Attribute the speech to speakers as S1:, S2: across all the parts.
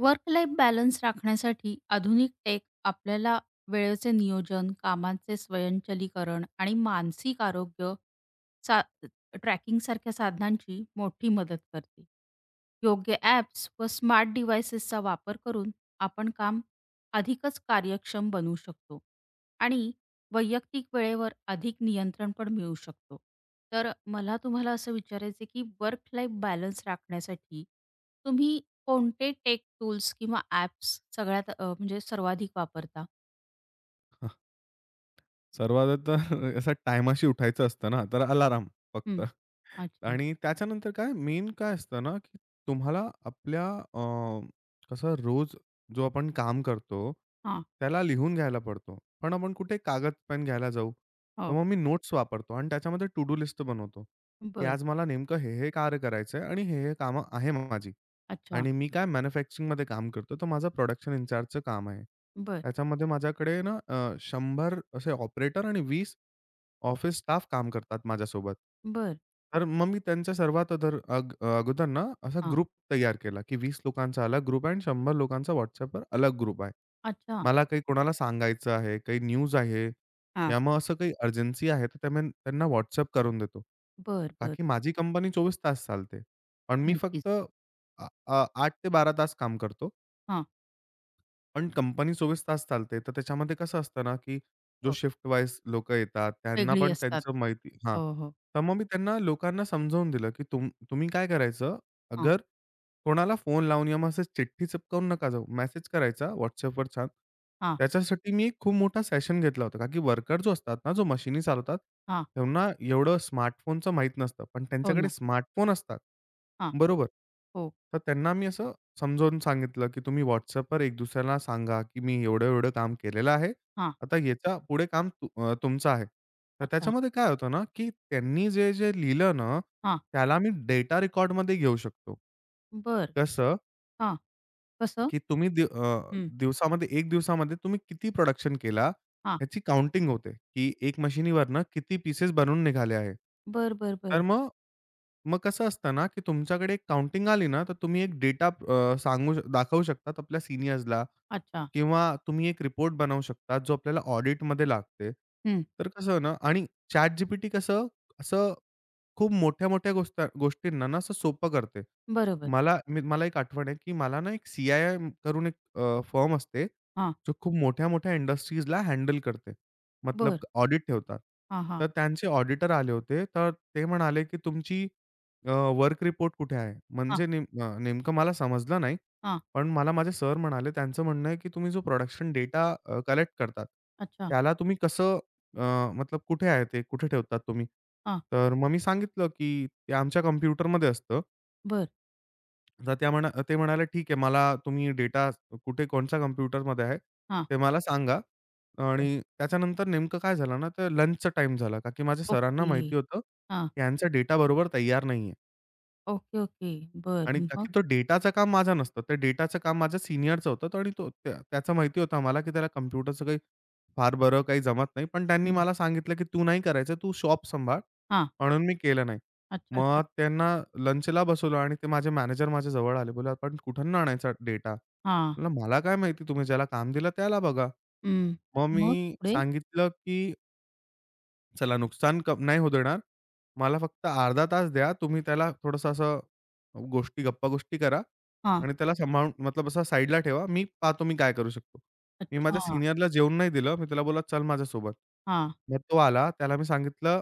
S1: Work life balance राखण्यासाठी आधुनिक take आपल्याला वेळेचे नियोजन, कामाचे स्वयंचलीकरण आणि मानसिक आरोग्य सा ट्रॅकिंगसारख्या साधनांची मोठी मदत करते. योग्य ॲप्स व स्मार्ट डिव्हाइसेसचा वापर करून आपण काम अधिकच कार्यक्षम बनवू शकतो आणि वैयक्तिक वेळेवर अधिक नियंत्रण पण मिळू शकतो. तर मला तुम्हाला असं विचारायचं आहे, की वर्क लाईफ बॅलन्स राखण्यासाठी तुम्ही कोणते टेक टूल्स किंवा ॲप्स सगळ्यात म्हणजे सर्वाधिक वापरता?
S2: हां. सर्वात आता असं टायमाशी उठायचं असतं ना, तर अलार्म फक्त.
S1: हं. अच्छा.
S2: आणि त्याच्यानंतर काय मेन काय असतं ना, की तुम्हाला आपल्या अ, कसं रोज जो आपण काम करतो,
S1: हां.
S2: त्याला लिहून घ्यायला पडतो. पण आपण कुठे कागद, पेन घ्यायला जाऊ, तर
S1: हो.
S2: मग मी नोट्स वापरतो आणि त्याच्यामध्ये टू डू लिस्ट बनवतो, की
S1: बरं.
S2: आज मला नेमकं हे कार्य करायचंय आणि हे कामं आहे माझी.
S1: अच्छा.
S2: आणि मी काय मॅन्युफॅक्चरिंगमध्ये काम करतो, तर माझं प्रोडक्शन इन्चार्जचं काम आहे.
S1: बरं,
S2: त्याच्यामध्ये माझ्याकडे ना 100 असे ऑपरेटर आणि 20 ऑफिस स्टाफ काम करतात माझ्यासोबत.
S1: बरं.
S2: तर मग मी त्यांच्या सर्वात अदर अग अगोदर ना असा
S1: हां.
S2: ग्रुप तयार केला, की 20 लोकांचा अलग ग्रुप आहे आणि 100 लोकांचा WhatsAppवर अलग ग्रुप आहे.
S1: अच्छा.
S2: मला काही कोणाला सांगायचं आहे, काही न्यूज आहे,
S1: हां.
S2: या मग असं काही अर्जन्सी आहे, तर त्या मी त्यांना WhatsApp करून देतो.
S1: बरं,
S2: का
S1: बरं.
S2: की माझी कंपनी 24 तास चालते. पण मी
S1: नक्कीच.
S2: फक्त अ, अ, 8 ते 12 तास काम करतो.
S1: हां.
S2: पण कंपनी 24 तास चालते. तर त्याच्यामध्ये कसं असतं ना, की जो
S1: हो.
S2: शिफ्ट वाईज लोकं येतात, त्यांना
S1: वेगळी
S2: पण
S1: असतात.
S2: त्यांचं माहिती हां.
S1: हो, हो.
S2: तर मग मी त्यांना लोकांना समजावून दिलं, की तुम्ही काय करायचं,
S1: हां,
S2: अगर कोणाला फोन लावून या मग असं चिठ्ठी चिपकवून नका जाऊ. मेसेज करायचा WhatsAppवर छान.
S1: हां,
S2: त्याच्यासाठी मी एक खूप मोठा सेशन घेतला होता. का की वर्कर जो असतात ना, जो मशिनी चालवतात,
S1: हां.
S2: त्यांना एवढं स्मार्टफोनचं माहीत नसतं. पण
S1: हो
S2: त्यांच्याकडे
S1: ना.
S2: स्मार्टफोन असतात.
S1: हां.
S2: बरोबर.
S1: हो.
S2: तर त्यांना मी असं समजावून सांगितलं, की तुम्ही WhatsAppवर एक दुसऱ्याला सांगा, की मी एवढं-एवढं काम केलेलं आहे.
S1: हां.
S2: आता याच्या पुढे काम तुमचं आहे. तर
S1: अच्छा.
S2: त्याच्यामध्ये काय होतं ना, की त्यांनी जे-जे लिहिलं ना,
S1: हां.
S2: त्याला मी डेटा रेकॉर्डमध्ये घेऊ शकतो.
S1: बरं.
S2: कसं,
S1: हां. कसं?
S2: की तुम्ही दि अ,
S1: हं.
S2: दिवसामध्ये 1 दिवसामध्ये तुम्ही किती प्रोडक्शन केला,
S1: हां.
S2: ह्याची काउंटिंग होते, की 1 मशिनीवरनं किती पीसेस बनवून निघाले आहे.
S1: बरं, बरं,
S2: तर
S1: बरं.
S2: मग मग कसं असतं ना, की तुमच्याकडे एक काउंटिंग आली ना, तर तुम्ही एक डेटा दाखवू शकतात आपल्या सीनियर्सला
S1: अच्छा.
S2: किंवा तुम्ही एक रिपोर्ट बनवू शकता, जो आपल्याला ऑडिटमध्ये लागते.
S1: हं.
S2: तर कसं ना आणि ChatGPT कसं असं खूप मोठ्या-मोठ्या गोष्टींना ना असं सोपं करते.
S1: बरोबर.
S2: मला एक आठवण आहे, की मला ना एक CII करून एक असते,
S1: हां.
S2: जो खूप मोठ्या-मोठ्या इंडस्ट्रीजला हँडल करते. मतलब
S1: बरं.
S2: ऑडिट ठेवतात.
S1: हां,
S2: तर
S1: हां.
S2: त्यांचे ऑडिटर आले होते. तर ते म्हणाले, की तुमची वर्क रिपोर्ट कुठे आहे?
S1: हां,
S2: म्हणजे नेमकं मला समजलं नाही.
S1: हां.
S2: पण मला माझे सर म्हणाले, त्यांचं म्हणणं आहे, की तुम्ही जो प्रोडक्शन डेटा कलेक्ट करतात,
S1: अच्छा.
S2: त्याला तुम्ही कसं अ, मतलब कुठे आहे ते? कुठे ठेवतात तुम्ही?
S1: हां.
S2: तर मग मी सांगितलं, की "ते आमच्या कॉम्प्युटरमध्ये असतं."
S1: बरं.
S2: तर त्या म्हणा ते म्हणाले, "ठीक आहे, मला तुम्ही डेटा कोणच्या कॉम्प्युटरमध्ये आहे,
S1: हां.
S2: ते मला सांगा."
S1: बरं.
S2: आणि त्याच्यानंतर नेमकं काय झालं ना, तर लंचचा टाईम झाला. का की माझ्या सरांना
S1: ओके.
S2: माहिती होतं,
S1: हां.
S2: की यांचा डेटा बरोबर तयार नाहीये.
S1: Okay, okay.
S2: आणि
S1: बरं. मग?
S2: ताकी तो डेटाचं काम माझं नसतं. ते डेटाचं काम माझ्या सीनियरचं होतं आणि तो त्या त्याचं माहिती होतं आम्हाला, की त्याला कॉम्प्युटरचं काही फार बरं काही जमत नाही. पण त्यांनी
S1: हं.
S2: मला सांगितलं, की "तू नाही करायचं, तू शॉप सांभाळ."
S1: हां.
S2: म्हणून मी केलं नाही.
S1: अच्छा,
S2: मग
S1: अच्छा.
S2: त्यांना लंचला बसवलं आणि ते माझे मॅनेजर माझ्या जवळ आले. बोलले, "आपण कुठून आणायचा डेटा?"
S1: हां.
S2: म्हणलं, "मला काय माहिती तुम्ही ज्याला काम दिलं त्याला बघा."
S1: हं.
S2: मग
S1: मग
S2: मी
S1: पुढे?
S2: सांगितलं, की चला नुकसान नाही होऊ देणार. मला फक्त अर्धा तास द्या. तुम्ही त्याला थोडंसं असं गप्पागोष्टी करा
S1: हां.
S2: आणि त्याला सांभाळून मतलब असा साईडला ठेवा. मी पाहतो मी काय करू शकतो. मी माझ्या
S1: अच्छा.
S2: सीनियरला जेवून नाही दिलं. मी त्याला बोलला, "चल माझ्यासोबत."
S1: हां.
S2: मग तो आला. त्याला मी सांगितलं,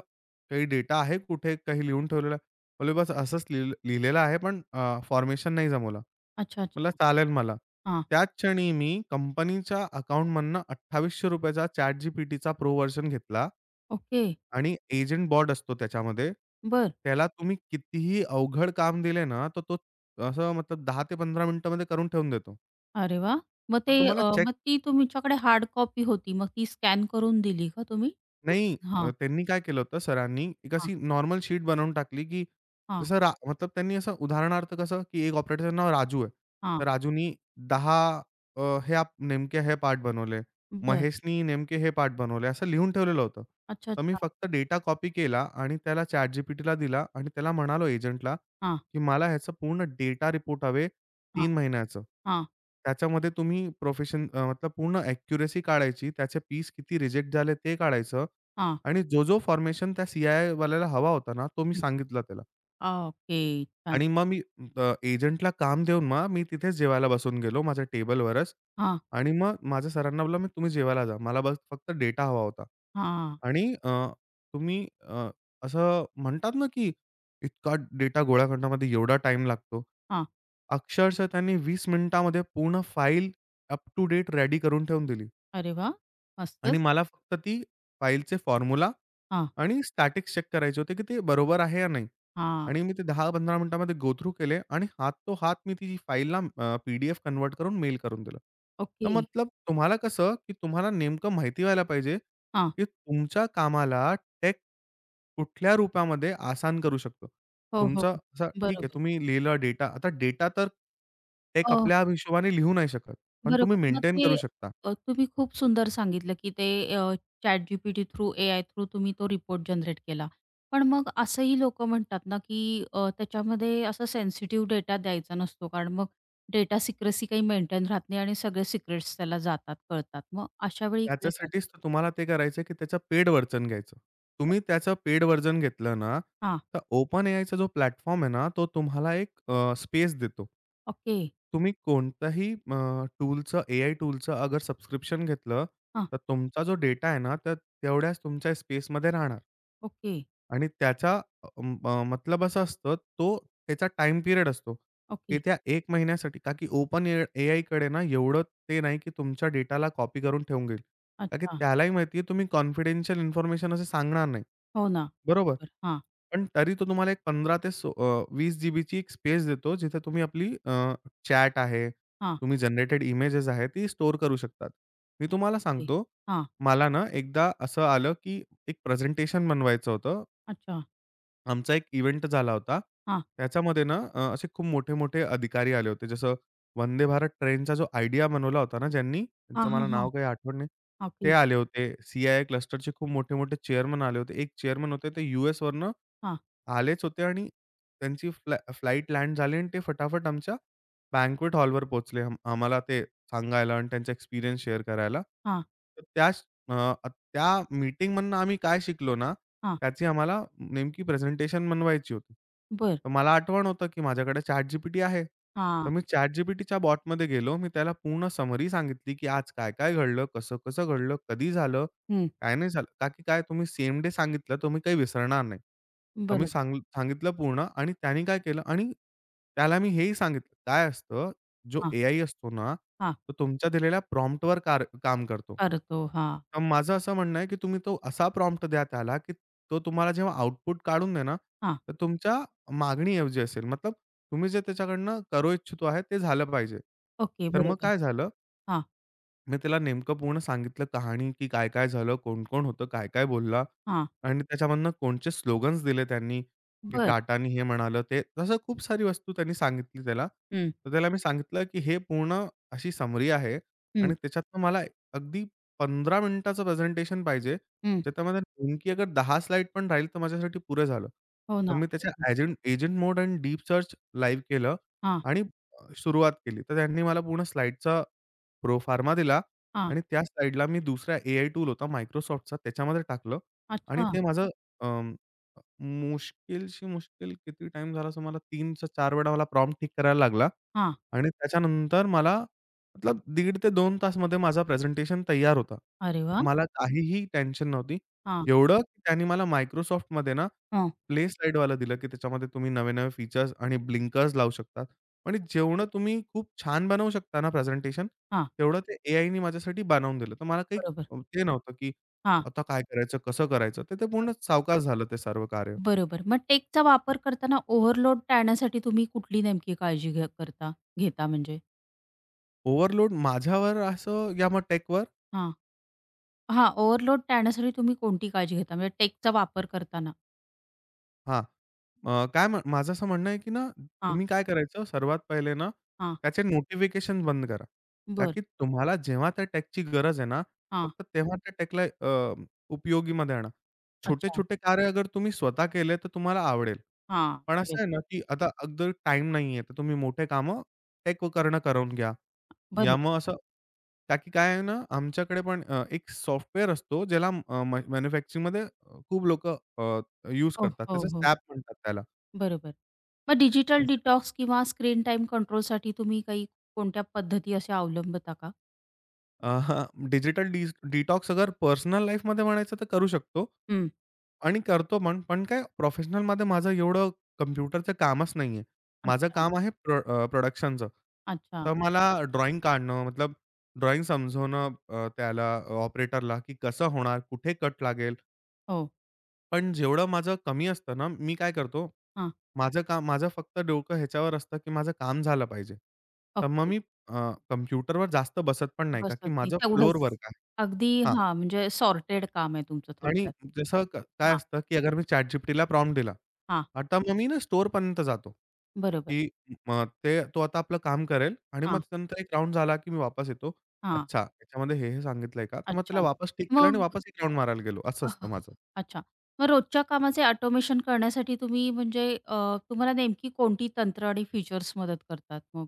S2: "काही डेटा आहे कुठे? काही लिहून ठेवलेला?" बोलले, "बस असंच लिहिलेलं आहे, पण फॉर्मेशन नाही जमवला."
S1: अच्छा,
S2: म्हटलं,
S1: अच्छा.
S2: "चालेल मला."
S1: हां.
S2: त्याच क्षणी मी कंपनीच्या अकाउंटमधनं ₹2800 चा ChatGPTचा प्रो व्हर्जन घेतला.
S1: ओके.
S2: आणि एजंट बॉट असतो त्याच्यामध्ये.
S1: बरं.
S2: त्याला तुम्ही कितीही अवघड काम दिले ना, तर तो असं मतलब 10 ते 15 मिनिटामध्ये करून ठेवून देतो.
S1: अरे वाह!
S2: पण तुम्हाला चेक
S1: मग ती तुमच्याकडे हार्ड कॉपी होती. मग ती स्कॅन करून दिली का तुम्ही? रोज.
S2: नाही,
S1: हां,
S2: त्यांनी काय केलं होतं सरांनी, एक
S1: हां,
S2: अशी नॉर्मल शीट बनवून टाकली, की
S1: हां,
S2: जसं मतलब त्यांनी असं उदाहरणार्थ कसं, की एक ऑपरेटरचं नाव राजू आहे.
S1: हां.
S2: तर राजूनी 10 अ, हे आप नेमके हे पार्ट बनवले.
S1: बरं.
S2: महेशनी नेमके हे पार्ट बनवले. असं लिहून ठेवलेलं होतं.
S1: अच्छा,
S2: तर मी
S1: अच्छा.
S2: फक्त डेटा कॉपी केला आणि त्याला ChatGPTला दिला आणि त्याला म्हणालो एजंटला,
S1: हां,
S2: की मला ह्याचं पूर्ण डेटा रिपोर्ट हवे
S1: हां,
S2: 3 महिन्याचं.
S1: हां,
S2: त्याच्यामध्ये तुम्ही मतलब पूर्ण ॲक्युरसी काढायची, त्याचे पीस किती रिजेक्ट झाले ते काढायचं.
S1: हां.
S2: आणि जो-जो फॉर्मेशन त्या सी आय हवा होता ना, तो मी
S1: हं.
S2: सांगितला त्याला.
S1: आ, ओके. छान,
S2: आणि मग
S1: छान.
S2: मी एजंटला काम देऊन मग मी तिथेच जेवायला बसून गेलो माझ्या टेबलवरच.
S1: हां,
S2: आणि मग माझ्या सरांना बोललो, तुम्ही जेवायला जा. मला बस फक्त डेटा हवा होता."
S1: हां,
S2: आणि तुम्ही असं म्हणतात ना, की इतका डेटा गोळा करण्यामध्ये एवढा टाईम लागतो.
S1: हां.
S2: अक्षरशः त्यांनी 20 मिनिटामध्ये पूर्ण file up to date ready करून ठेवून दिली.
S1: अरे वाह! मस्तच.
S2: आणि मला फक्त ती फाईलचे फॉर्म्युला
S1: हां,
S2: आणि स्टॅटिक्स चेक करायचे होते, की ते बरोबर आहे या नाही?
S1: हां.
S2: आणि मी ते 10-15 मिनिटामध्ये गो थ्रू केले आणि हातोहात मी ती फाईलला PDF कन्वर्ट करून मेल करून दिलं. तर
S1: ओके.
S2: मतलब तुम्हाला कसं, की तुम्हाला नेमकं माहिती व्हायला पाहिजे,
S1: हां.
S2: की तुमच्या कामाला टेक कुठल्या रूपामध्ये आसान करू शकतो.
S1: हो, हो.
S2: तुमचा असा ठीक आहे,
S1: बरोबर.
S2: तुम्ही लिहिला डेटा. आता डेटा तर टेक
S1: अ,
S2: आपल्या हिशोबाने लिहू नाही शकत. पण तुम्ही
S1: बरोबर.
S2: मेंटेन करू शकता.
S1: तुम्ही खूप सुंदर सांगितलं, की ते अ, ChatGPT थ्रू, एआय थ्रू तुम्ही तो रिपोर्ट जनरेट केला. पण मग असंही लोकं म्हणतात ना, की त्याच्यामध्ये असा सेन्सिटिव्ह डेटा द्यायचा नसतो, कारण मग डेटा सिक्रेसी काही मेंटेन राहत नाही आणि सगळे सिक्रेट्स त्याला जातात, कळतात. मग अशा वेळी काय कर
S2: त्याच्यासाठीच तर तुम्हाला ते करायचं आहे, की त्याचं पेड व्हर्जन घ्यायचं. तुम्ही त्याचं पेड व्हर्जन घेतलं ना,
S1: हां,
S2: तर ओपन एआयचा जो प्लॅटफॉर्म आहे ना, तो तुम्हाला एक स्पेस देतो.
S1: ओके.
S2: तुम्ही कोणत्याही अ, टूलचं एआय टूलचं अगर सबस्क्रिप्शन घेतलं,
S1: हां,
S2: तर तुमचा जो डेटा आहे ना, तर तेवढ्याच तुमच्या स्पेसमध्ये राहणार.
S1: ओके,
S2: आणि त्याचा मतलब असं असतं, त्याचा टाइम पिरियड असतो,
S1: ओके.
S2: की त्या एक महिन्यासाठी का की ओपन एआयकडे ना एवढं ते नाही, की तुमच्या डेटाला कॉपी करून ठेवून घेईल. कारण की
S1: अच्छा.
S2: त्यालाही माहिती आहे तुम्ही कॉन्फिडेन्शियल इन्फॉर्मेशन असं सांगणार नाही.
S1: हो ना.
S2: बरोबर.
S1: बरोबर. हां,
S2: पण तरी तो तुम्हाला एक 15 ते 20 जीबीची एक स्पेस देतो, जिथे तुम्ही आपली चॅट आहे,
S1: हां,
S2: तुम्ही जनरेटेड इमेजेस आहे, ती स्टोअर करू शकतात. मी तुम्हाला
S1: ओके.
S2: सांगतो,
S1: हां,
S2: मला ना एकदा असं आलं, की एक प्रेझेंटेशन बनवायचं होतं.
S1: अच्छा.
S2: आमचा एक इव्हेंट झाला होता.
S1: हां,
S2: त्याच्यामध्ये ना असे खूप मोठे-मोठे अधिकारी आले होते. जसं वंदे भारत ट्रेनचा जो आयडिया बनवला होता ना ज्यांनी,
S1: हां,
S2: त्यांचं
S1: हां,
S2: मला
S1: हां.
S2: नाव काही आठवण नाही. ते
S1: ओके.
S2: आले होते. CII क्लस्टरचे खूप मोठे-मोठे चेअरमन आले होते. एक चेअरमन होते ते यूएसवरनं
S1: हां,
S2: आलेच होते आणि त्यांची फ्लाइट लँड झाली आणि ते फटाफट आमच्या बँक्वेट हॉलवर पोहोचले. आम्हाला ते सांगायला आणि त्यांचा एक्सपिरियन्स शेअर करायला.
S1: हां,
S2: तर अ, त्या मीटिंगमधनं आम्ही काय शिकलो ना
S1: हां.
S2: त्याची आम्हाला नेमकी प्रेझेंटेशन बनवायची होती.
S1: बर
S2: तर मला आठवण होतं, की माझ्याकडे ChatGPT आहे. तर
S1: हां.
S2: मी ChatGPTच्या बॉटमध्ये गेलो. मी त्याला पूर्ण समरी सांगितली, की आज काय-काय घडलं, कसं-कसं घडलं, कधी झालं,
S1: हं.
S2: काय नाही झालं. का की काय तुम्ही सेम डे सांगितलं, तर मी काही विसरणार नाही. तर मी
S1: बरोबर.
S2: सांगितलं पूर्ण आणि त्याने काय केलं आणि त्याला मी हेही सांगितलं, काय असतं जो
S1: हां,
S2: AI असतो ना,
S1: हां.
S2: तो तुमच्या दिलेल्या प्रॉम्प्टवर काम करतो.
S1: करतो. हां,
S2: तर माझं असं म्हणणं आहे, की तुम्ही तो असा प्रॉम्प्ट द्या त्याला, की तो तुम्हाला जेव्हा आउटपुट काढून देणार,
S1: हां.
S2: तर तुमच्या मागणीऐवजी असेल. मतलब तुम्ही जे त्याच्याकडनं करू इच्छितो आहे, ते झालं पाहिजे.
S1: ओके.
S2: तर मग
S1: बरोबर.
S2: काय झालं
S1: हां,
S2: मी त्याला नेमकं पूर्ण सांगितलं कहाणी, की काय-काय झालं, कोण-कोण होतं, काय-काय बोलला
S1: हां.
S2: आणि त्याच्यामधनं कोणचे स्लोगन्स दिले त्यांनी, की
S1: बरं.
S2: टाटानी हे म्हणालं ते. तसं खूप सारी वस्तू त्यांनी सांगितली त्याला.
S1: हं,
S2: तर त्याला मी सांगितलं, की हे पूर्ण अशी समरी आहे
S1: हं,
S2: आणि त्याच्यातनं मला अगदी 15 मिनिटाचं प्रेझेंटेशन पाहिजे.
S1: हं.
S2: ज्याच्यामध्ये नेमकी अगर 10 स्लाईड पण राहील, तर माझ्यासाठी पुरं झालं.
S1: हो
S2: तर
S1: ना.
S2: मी त्याच्या
S1: बरोबर.
S2: एजंट एजंट मोड आणि डीप सर्च लाईव्ह केलं
S1: हां,
S2: आणि सुरुवात केली. तर त्यांनी मला पूर्ण स्लाईडचा Pro Pharma दिला
S1: हां.
S2: आणि त्याच साइडला मी दुसरा एआय टूल होता Microsoftचा त्याच्यामध्ये टाकलं आणि
S1: अच्छा.
S2: ते माझं अं, मुश्किलशी मुश्किल किती टाइम झाला असं मला 3 चा 4 वेळा मला प्रॉम्प्ट ठीक करायला लागला
S1: हां.
S2: आणि त्याच्यानंतर मला मतलब दीड ते दोन तासमध्ये माझा प्रेझेंटेशन तयार होता.
S1: अरे वाह!
S2: मला काहीही टेन्शन नव्हती.
S1: हां,
S2: एवढं की त्यांनी मला Microsoftमध्ये ना,
S1: हं.
S2: प्ले स्लाईडवालं दिलं, की त्याच्यामध्ये तुम्ही नवे-नवे फीचर्स आणि ब्लिंकर्स लावू शकता. आणि जेवढं तुम्ही खूप छान बनवू शकता ना प्रेझेंटेशन,
S1: हां.
S2: तेवढं ते एआयनी माझ्यासाठी बनवून दिलं. तर मला काही
S1: बरोबर.
S2: ते नव्हतं, की
S1: हां.
S2: आता काय करायचं, कसं करायचं? तर ते पूर्ण सावकाश झालं ते सर्व कार्य.
S1: बरोबर. मग टेकचा वापर करताना ओव्हरलोड टाळण्यासाठी तुम्ही कुठली नेमकी काळजी घ्या करता घेता म्हणजे?
S2: ओव्हरलोड माझ्यावर असं, या मग टेकवर
S1: हां. हां, ओव्हरलोड टाळण्यासाठी तुम्ही कोणती काळजी घेता म्हणजे टेकचा वापर करताना?
S2: हां. अ, काय म्ह माझं असं म्हणणं आहे, की ना
S1: हां,
S2: तुम्ही काय करायचं सर्वात पहिले ना,
S1: हां.
S2: त्याचे नोटिफिकेशन बंद करा. का
S1: बरं.
S2: की तुम्हाला जेव्हा त्या टेकची गरज आहे ना,
S1: हां.
S2: फक्त तेव्हा त्या टेकला अ, उपयोगीमध्ये आणा.
S1: अच्छा.
S2: छोटे-छोटे कार्य अगर तुम्ही स्वतः केले तर तुम्हाला आवडेल.
S1: हां.
S2: पण
S1: बरं.
S2: असं आहे ना, की आता अगदी टाईम नाहीये, तर तुम्ही मोठे कामं टेक करणं करून घ्या. यामुळं असं का की काय आहे ना, आमच्याकडे पण एक सॉफ्टवेअर असतो, ज्याला अ, मॅ मॅन्युफॅक्चरिंगमध्ये खूप लोकं यूज
S1: हो,
S2: करतात.
S1: हो,
S2: त्याचं
S1: हो.
S2: सॅप म्हणतात त्याला.
S1: बरोबर. मग डिजिटल डिटॉक्स किंवा स्क्रीन टाईम कंट्रोलसाठी तुम्ही काही कोणत्या पद्धती अशा अवलंबता का?
S2: अ, डिजिटल डिटॉक्स अगर पर्सनल लाईफमध्ये म्हणायचं तर करू शकतो
S1: हं.
S2: आणि करतो पण. पण काय प्रोफेशनलमध्ये माझं एवढं कम्प्युटरचं कामच नाही. माझं
S1: अच्छा,
S2: काम आहे प्रोडक्शनचं.
S1: अच्छा.
S2: तर मला ड्रॉइंग काढणं, मतलब ड्रॉइंग समजवणं, त्याला ऑपरेटरला, की कसं होणार, कुठे कट लागेल.
S1: हो,
S2: पण जेवढं माझं कमी असतं ना, मी काय करतो,
S1: हां.
S2: माझं काम, माझं फक्त डोकं ह्याच्यावर असतं, की माझं काम झालं पाहिजे. तर मग
S1: ओके.
S2: मी अ, कॉम्प्युटरवर जास्त बसत पण नाही, का की
S1: बसत नाही
S2: माझं फ्लोर
S1: तेवढंच.
S2: वर्क आहे.
S1: अगदी
S2: हां.
S1: हां, म्हणजे सॉर्टेड काम आहे तुमचं
S2: आणि
S1: थोडक्यात.
S2: जसं काय
S1: हां,
S2: असतं, की अगर मी ChatGPTला प्रॉम्प्ट दिला.
S1: हां.
S2: आता मग मी ना स्टोअरपर्यंत जातो,
S1: बरोबर.
S2: की मग ते, तो आता आपलं काम करेल आणि मग
S1: हां,
S2: त्यानंतर एक राउंड झाला, की मी वापस येतो.
S1: हां.
S2: अच्छा, याच्यामध्ये हे सांगितलंय का? तर मग त्याला
S1: अच्छा.
S2: वापस टिक केलं आणि
S1: मग
S2: वापस एक राउंड मारायला गेलो. असं
S1: अह,
S2: असतं माझं.
S1: अच्छा. मग रोजच्या कामाचे ऑटोमेशन करण्यासाठी तुम्ही म्हणजे तुम्हाला नेमकी कोणती तंत्र आणि फीचर्स मदत करतात मग?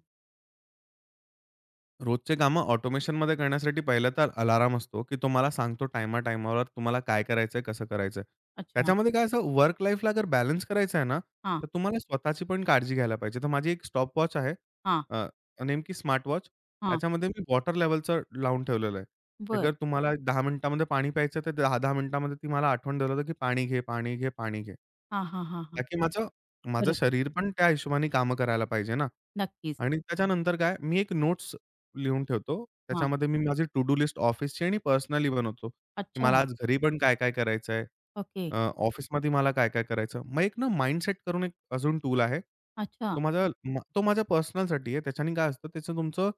S2: रोजचे कामं ऑटोमेशनमध्ये करण्यासाठी पहिलं तर अलार्म असतो, की तो मला सांगतो टायमा-टायमावर तुम्हाला काय करायचंय, कसं करायचंय.
S1: अच्छा.
S2: त्याच्यामध्ये काय असं वर्क लाईफला जर बॅलन्स करायचा आहे ना,
S1: हां,
S2: तर तुम्हाला स्वतःची पण काळजी घ्यायला पाहिजे. तर माझी एक स्टॉपवॉच आहे.
S1: हां,
S2: अ, नेमकी स्मार्टवॉच.
S1: हां.
S2: त्याच्यामध्ये मी वॉटर लेव्हलचं लावून ठेवलेलं आहे. ते
S1: बरं.
S2: जर तुम्हाला 10 मिनिटामध्ये पाणी प्यायचं, तर 10-10 मिनिटामध्ये ती मला आठवण देतं, की पाणी घे, पाणी घे, पाणी घे.
S1: हां, हां, हां, हां.
S2: का की माझं माझं
S1: बरोबर.
S2: शरीर पण त्या हिशोबाने कामं करायला पाहिजे ना.
S1: नक्कीच.
S2: आणि त्याच्यानंतर काय, मी एक नोट्स लिहून ठेवतो.
S1: हां.
S2: त्याच्यामध्ये मी, हं, माझी टू डू लिस्ट ऑफिसची आणि पर्सनली बनवतो, की
S1: अच्छा.
S2: मला आज घरी पण काय-काय करायचंय.
S1: ओके.
S2: अ, ऑफिसमध्ये मला काय-काय करायचं. मग एक ना माइंडसेट करून एक अजून टूल आहे.
S1: अच्छा.
S2: तो माझा, तो माझ्या पर्सनलसाठी आहे. त्याच्याने काय असतं, त्याचं तुमचं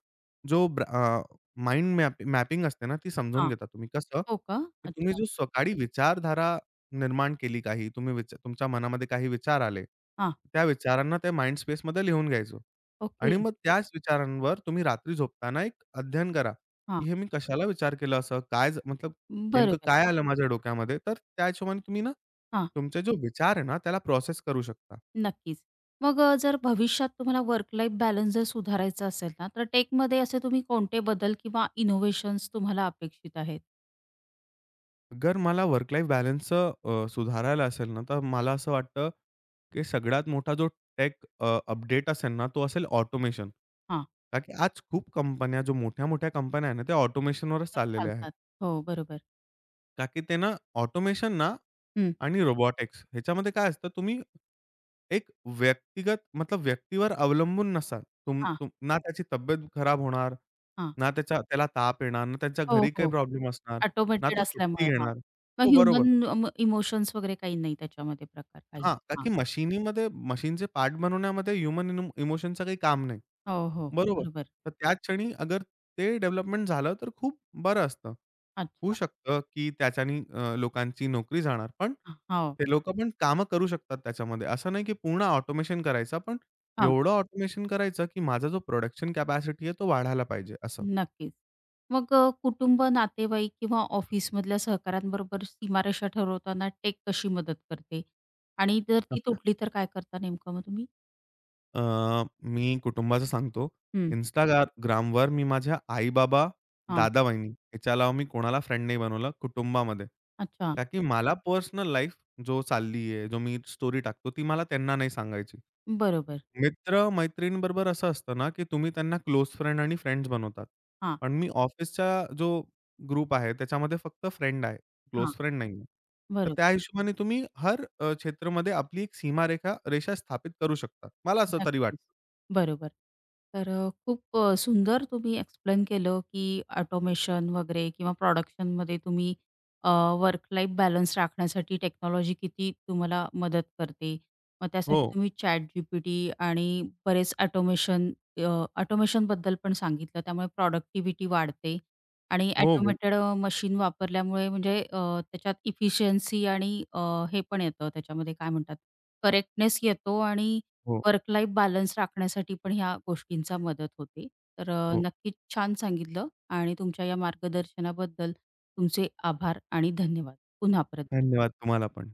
S2: जो माइंड मॅपिंग असते ना, ती समजून
S1: हां.
S2: घेता तुम्ही. कसं?
S1: हो का?
S2: की तुम्ही
S1: अच्छा.
S2: जो सकाळी विचारधारा निर्माण केली काही, तुम्ही विचा तुमच्या मनामध्ये काही विचार आले.
S1: हां.
S2: त्या विचारांना त्या माइंड स्पेसमध्ये लिहून घ्यायचं
S1: ओके.
S2: आणि मग त्याच विचारांवर तुम्ही रात्री झोपताना एक अध्ययन करा,
S1: हां.
S2: की हे मी कशाला विचार केला असं? मतलब नेमकं
S1: बरोबर.
S2: काय आलं माझ्या डोक्यामध्ये, तर त्या हिशोबाने तुम्ही ना,
S1: हां.
S2: तुमचा जो विचार आहे ना, त्याला प्रोसेस करू शकता.
S1: नक्कीच. मग जर भविष्यात तुम्हाला वर्क लाईफ बॅलन्स जर सुधारायचा असेल ना, तर टेकमध्ये असे तुम्ही कोणते बदल किंवा इनोव्हेशन्स तुम्हाला अपेक्षित आहेत?
S2: अगर मला वर्क लाईफ बॅलन्सचं सुधारायला असेल ना, तर मला असं वाटतं, की सगळ्यात मोठा जो टेक अपडेट असेल ना, तो असेल ऑटोमेशन.
S1: हां.
S2: का की आज खूप कंपन्या, जो मोठ्या-मोठ्या कंपन्या आहे ना, त्या ऑटोमेशनवरच
S1: तर
S2: चाललेल्या आहे.
S1: चालतात. हो, बरोबर.
S2: का की ते ना ऑटोमेशन ना
S1: हं.
S2: आणि रोबॉटिक्स, ह्याच्यामध्ये काय असतं, तुम्ही एक व्यक्तिगत, मतलब व्यक्तीवर अवलंबून नसाल. तुम
S1: हां,
S2: तुम ना त्याची तब्येत खराब होणार,
S1: हां.
S2: ना त्याचा त्याला ताप येणार, ना त्यांच्या
S1: हो,
S2: घरी
S1: हो.
S2: काही प्रॉब्लेम असणार, ना
S1: ऑटोमेटेड
S2: तो सुट्टी
S1: असल्यामुळे. हां.
S2: घेणार.
S1: मग
S2: हो, बरोबर.
S1: ह्युमन इमोशन्स वगैरे काही नाही त्याच्यामध्ये प्रकार काही.
S2: हां, का
S1: हां.
S2: की मशिनीमध्ये मशीनचे पार्ट बनवण्यामध्ये ह्युमन इमोशनचं काही काम नाही.
S1: हो, हो.
S2: बरोबर.
S1: बरोबर.
S2: तर त्या क्षणी अगर ते डेव्हलपमेंट झालं तर खूप बरं असतं. होऊ
S1: अच्छा.
S2: शकतं की त्याच्यानी लोकांची नोकरी जाणार, पण
S1: हो,
S2: ते लोकं पण कामं करू शकतात त्याच्यामध्ये. असं नाही की पूर्ण ऑटोमेशन करायचं, पण
S1: हां,
S2: एवढं ऑटोमेशन करायचं की माझा जो प्रोडक्शन कॅपॅसिटी आहे तो वाढायला पाहिजे असं.
S1: नक्कीच. मग कुटुंब, नातेवाईक किंवा ऑफिसमधल्या सहकाऱ्यांबरोबर सीमारेषा ठरवताना टेक कशी मदत करते? आणि जर ती तुटली तर काय करता नेमकं मग तुम्ही?
S2: अ, मी कुटुंबाचं सांगतो.
S1: हं,
S2: Instagramवर मी माझ्या आई-बाबा,
S1: हां,
S2: दादा, वहिनी ह्याच्या अलावा मी कोणाला फ्रेंड नाही बनवलं कुटुंबामध्ये.
S1: अच्छा.
S2: का की मला पर्सनल लाईफ जो चालली आहे, जो मी स्टोरी टाकतो, ती मला त्यांना नाही सांगायची.
S1: बरोबर.
S2: मित्र-मैत्रिणींबरोबर असं असतं ना, की तुम्ही त्यांना क्लोज फ्रेंड आणि फ्रेंड्स बनवतात.
S1: हां,
S2: पण मी ऑफिसचा जो ग्रुप आहे, त्याच्यामध्ये फक्त फ्रेंड आहे, क्लोज
S1: हां,
S2: फ्रेंड नाही आहे. तर त्या हिशोबाने तुम्ही हर क्षेत्रामध्ये आपली एक रेषा स्थापित करू शकता. मला असं तरी
S1: नक्कीच.
S2: वाटतं.
S1: बरोबर. तर खूप सुंदर तुम्ही एक्सप्लेन केलं, की ऑटोमेशन वगैरे किंवा प्रोडक्शनमध्ये तुम्ही अ, वर्क लाईफ बॅलन्स राखण्यासाठी टेक्नॉलॉजी किती तुम्हाला मदत करते. मग
S2: हो.
S1: त्यासाठी तुम्ही ChatGPT आणि बरेच ऑटोमेशनबद्दल पण सांगितलं. त्यामुळे प्रॉडक्टिव्हिटी वाढते आणि
S2: हो, बोल.
S1: ऑटोमेटेड मशीन वापरल्यामुळे म्हणजे त्याच्यात इफिशियन्सी आणि हे पण येतं त्याच्यामध्ये काय म्हणतात करेक्टनेस येतो आणि
S2: हो,
S1: वर्क लाईफ बॅलन्स राखण्यासाठी पण ह्या गोष्टींचा मदत होते. तर
S2: हो.
S1: नक्कीच छान सांगितलं आणि तुमच्या या मार्गदर्शनाबद्दल तुमचे आभार आणि धन्यवाद. पुन्हा परत
S2: धन्यवाद तुम्हाला पण.